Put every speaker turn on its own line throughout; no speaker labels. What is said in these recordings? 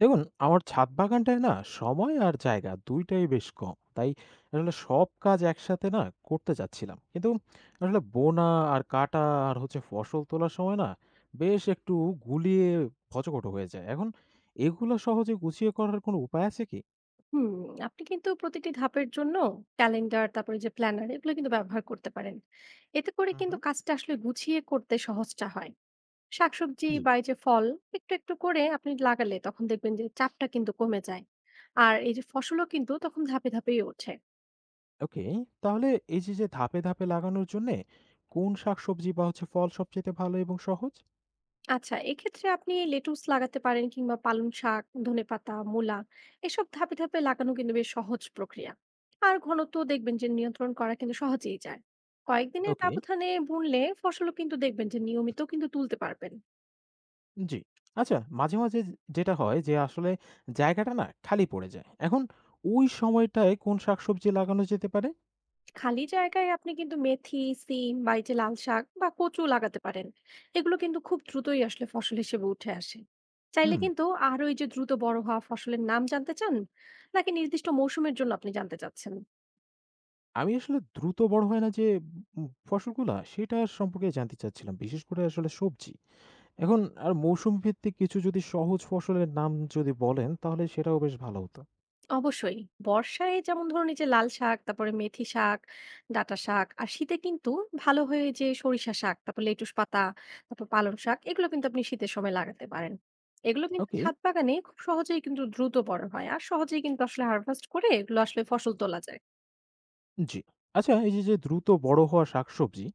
দেখুন, আমার ছাদ বাগানটায় না সময় আর জায়গা ২ টাই বেশ কম। তাই আসলে সব কাজ একসাথে না করতে চাচ্ছিলাম। কিন্তু আসলে বোনা আর কাটা আর হচ্ছে ফসল তোলার সময় না বেশ একটু গুলিয়ে খচখটো হয়ে যায়। এখন এগুলো সহজে গুছিয়ে করার কোনো উপায় আছে কি?
হুম, আপনি কিন্তু প্রতিটি ধাপের জন্য ক্যালেন্ডার তারপরে যে প্ল্যানার এগুলো কিন্তু ব্যবহার করতে পারেন। এতে করে
হুম,
কিন্তু
হুম।
কাজটা আসলে গুছিয়ে করতে সহজটা হয়। শাকসবজি
জি।
বা এই যে ফল একটু একটু করে আপনি লাগালে তখন দেখবেন যে চাপটা কিন্তু কমে যায়। আর এই যে ফসলও কিন্তু তখন ধাপে ধাপেই ওঠে।
ওকে। তাহলে এই যে, যে ধাপে, ধাপে লাগানোর জন্যে কোন শাকসবজি বা হচ্ছে ফল সবচাইতে ভালো এবং সহজ?
আচ্ছা, এক্ষেত্রে আপনি লেটুস লাগাতে পারেন কিংবা পালং শাক, ধনেপাতা, মূলা এসব ধাপে ধাপে লাগানো কিন্তু বেশ সহজ প্রক্রিয়া। আর ঘনত্ব দেখবেন যে নিয়ন্ত্রণ করা কিন্তু সহজেই যায়। কয়েকদিনের
ওকে।
ব্যবধানে বুনলে ফসলও কিন্তু দেখবেন যে নিয়মিত কিন্তু তুলতে পারবেন।
জি। আচ্ছা মাঝে, মাঝে যে যেটা হয় যে আসলে জায়গাটা না খালি পড়ে যায়। এখন ওই সময়টায় কোন শাকসবজি লাগানো যেতে পারে?
খালি জায়গায় আপনি কিন্তু মেথি, সিম, বা এই যে লাল শাক বা কচু লাগাতে পারেন। এগুলো কিন্তু খুব দ্রুতই আসলে ফসল হিসেবে উঠে আসে। চাইলে
হুম,
কিন্তু আরো এই যে দ্রুত বড় হওয়া ফসলের নাম জানতে চান? নাকি নির্দিষ্ট মৌসুমের জন্য আপনি জানতে চাচ্ছেন?
আমি আসলে দ্রুত বড় হয় না যে ফসলগুলা সেটা সম্পর্কে জানতে চাচ্ছিলাম। বিশেষ করে আসলে সবজি। এখন আর মৌসুম ভিত্তিক কিছু যদি সহজ ফসলের নাম যদি বলেন তাহলে সেটাও বেশ ভালো হতো।
অবশ্যই। বর্ষায় যেমন ধরুন এই যে লাল শাক, তারপরে মেথি শাক, ডাঁটা শাক, আর শীতে কিন্তু ভালো হয়ে যে সরিষা শাক, তারপর লেটুস পাতা, তারপর পালং শাক এগুলো কিন্তু আপনি শীতের সময় লাগাতে পারেন। এগুলো কিন্তু
ওকে,
ছাদ বাগানে খুব সহজেই কিন্তু দ্রুত বড় হয়। আর সহজেই কিন্তু আসলে হারভেস্ট করে এগুলো আসলে ফসল তোলা যায়।
জি। আচ্ছা এই যে, যে দ্রুত বড় হওয়া শাকসবজি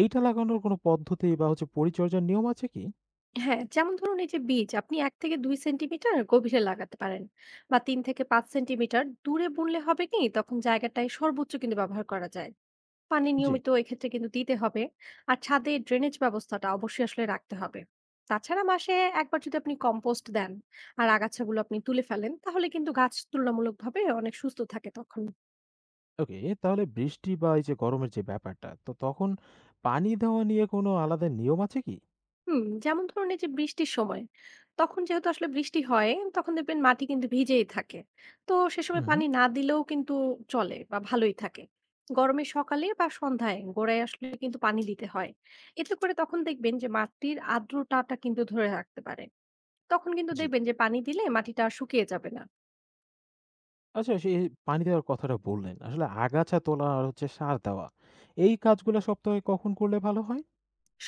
এইটা লাগানোর কোনো পদ্ধতি বা হচ্ছে পরিচর্যার নিয়ম আছে কি?
হ্যাঁ, যেমন ধরুন এই যে বীজ আপনি ১ থেকে ২ সেন্টিমিটার গভীরে লাগাতে পারেন, বা ৩ থেকে ৫ সেন্টিমিটার দূরে বুনলে হবে কি তখন জায়গাটায় সর্বোচ্চ কিন্তু ব্যবহার করা যায়। পানি
জি।
নিয়মিত এক্ষেত্রে কিন্তু দিতে হবে। আর ছাদে ড্রেনেজ ব্যবস্থাটা অবশ্যই আসলে রাখতে হবে। তাছাড়া মাসে একবার যদি আপনি কম্পোস্ট দেন আর আগাছাগুলো আপনি তুলে ফেলেন তাহলে কিন্তু গাছ তুলনামূলকভাবে অনেক সুস্থ থাকে তখন।
ওকে, তাহলে বৃষ্টি বা এই যে গরমের যে ব্যাপারটা, তো তখন পানি দেওয়া নিয়ে কোনো আলাদা নিয়ম আছে কি?
হুম, যেমন ধরুন এই যে বৃষ্টির সময় তখন যেহেতু আসলে বৃষ্টি হয় তখন দেখবেন মাটি কিন্তু ভিজেই থাকে। তো সে
হুম,
সময়
হুম।
পানি না দিলেও কিন্তু চলে বা ভালোই থাকে। গরমের সকালে বা সন্ধ্যায় গোড়ায় আসলে কিন্তু পানি দিতে হয়। এতে করে তখন দেখবেন যে মাটির আর্দ্রতাটা কিন্তু ধরে রাখতে পারে। তখন কিন্তু
জি।
দেখবেন যে পানি দিলে মাটিটা আর শুকিয়ে যাবে না।
আচ্ছা সেই পানি দেওয়ার কথাটা বললেন। আসলে আগাছা তোলা আর হচ্ছে সার দেওয়া। এই কাজগুলা সপ্তাহে কখন করলে ভালো হয়?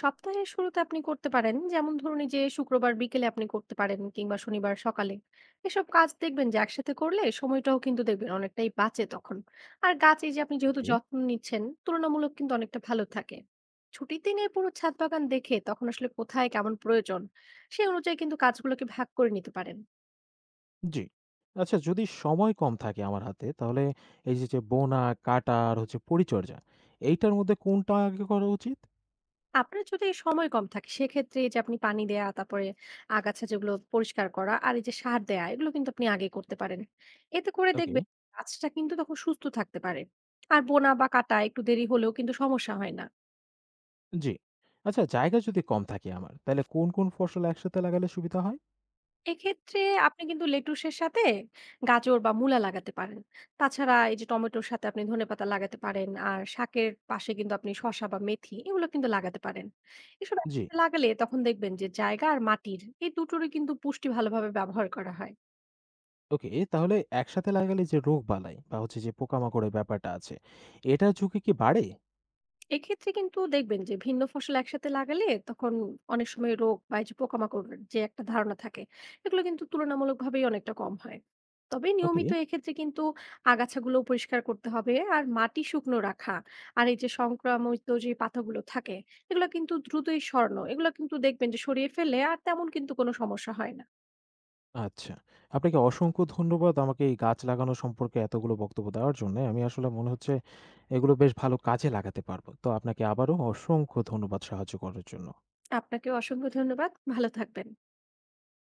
সপ্তাহের শুরুতে আপনি করতে পারেন, যেমন ধরুন এই যে শুক্রবার বিকেলে আপনি করতে পারেন কিংবা শনিবার সকালে। এসব কাজ দেখবেন যে একসাথে করলে সময়টাও কিন্তু দেখবেন অনেকটাই বাঁচে তখন। আর গাছ এই যে আপনি যেহেতু
ওকে।
যত্ন নিচ্ছেন তুলনামূলক কিন্তু অনেকটা ভালো থাকে। ছুটির দিনে পুরো ছাদ বাগান দেখে তখন আসলে কোথায় কেমন প্রয়োজন সেই অনুযায়ী কিন্তু কাজগুলোকে ভাগ করে নিতে পারেন।
জি। আচ্ছা যদি সময় কম থাকে আমার হাতে তাহলে এই যে, যে বোনা, কাটা আর হচ্ছে পরিচর্যা এইটার মধ্যে কোনটা আগে করা উচিত?
আপনার যদি সময় কম থাকে সেক্ষেত্রে এই যে আপনি পানি দেয়া, তারপরে আগাছা যেগুলো পরিষ্কার করা, আর এই যে সার দেয়া এগুলো কিন্তু আপনি আগে করতে পারেন। এতে করে
ওকে।
দেখবেন গাছটা কিন্তু তখন সুস্থ থাকতে পারে। আর বোনা বা কাটা একটু দেরি হলেও কিন্তু সমস্যা হয় না।
জি। আচ্ছা জায়গা যদি কম থাকে আমার, তাহলে কোন, কোন ফসল একসাথে লাগালে সুবিধা হয়?
এক্ষেত্রে আপনি কিন্তু লেটুসের সাথে গাজর বা মূলা লাগাতে পারেন। তাছাড়া এই যে টমেটোর সাথে আপনি ধনেপাতা লাগাতে পারেন। আর শাকের পাশে কিন্তু আপনি শসা বা মেথি এগুলো কিন্তু লাগাতে পারেন। এসব
জি।
একসাথে লাগালে তখন দেখবেন যে জায়গা আর মাটির এই দুটোরই কিন্তু পুষ্টি ভালোভাবে ব্যবহার করা হয়।
ওকে, তাহলে একসাথে লাগালে যে রোগবালাই বা হচ্ছে যে পোকামাকড়ের ব্যাপারটা আছে, এটার ঝুঁকি কি বাড়ে?
এক্ষেত্রে কিন্তু দেখবেন যে ভিন্ন ফসল একসাথে লাগালে তখন অনেক সময় রোগ বা এই যে পোকামাকড়ের যে একটা ধারণা থাকে এগুলো কিন্তু তুলনামূলকভাবেই অনেকটা কম হয়। তবে
ওকে,
নিয়মিত এক্ষেত্রে কিন্তু আগাছাগুলো পরিষ্কার করতে হবে, আর মাটি শুকনো রাখা, আর এই যে সংক্রামিত যে পাতাগুলো থাকে এগুলো কিন্তু দ্রুতই সরানো, এগুলো কিন্তু দেখবেন যে সরিয়ে ফেলে আর তেমন কিন্তু কোনো সমস্যা হয় না।
আচ্ছা। আপনাকে অসংখ্য ধন্যবাদ আমাকে এই গাছ লাগানো সম্পর্কে এতগুলো বক্তব্য দেওয়ার জন্যে। আমি আসলে মনে হচ্ছে এগুলো বেশ ভালো কাজে লাগাতে পারবো। তো আপনাকে আবারও অসংখ্য ধন্যবাদ সাহায্য করার জন্য।
আপনাকেও অসংখ্য ধন্যবাদ, ভালো থাকবেন।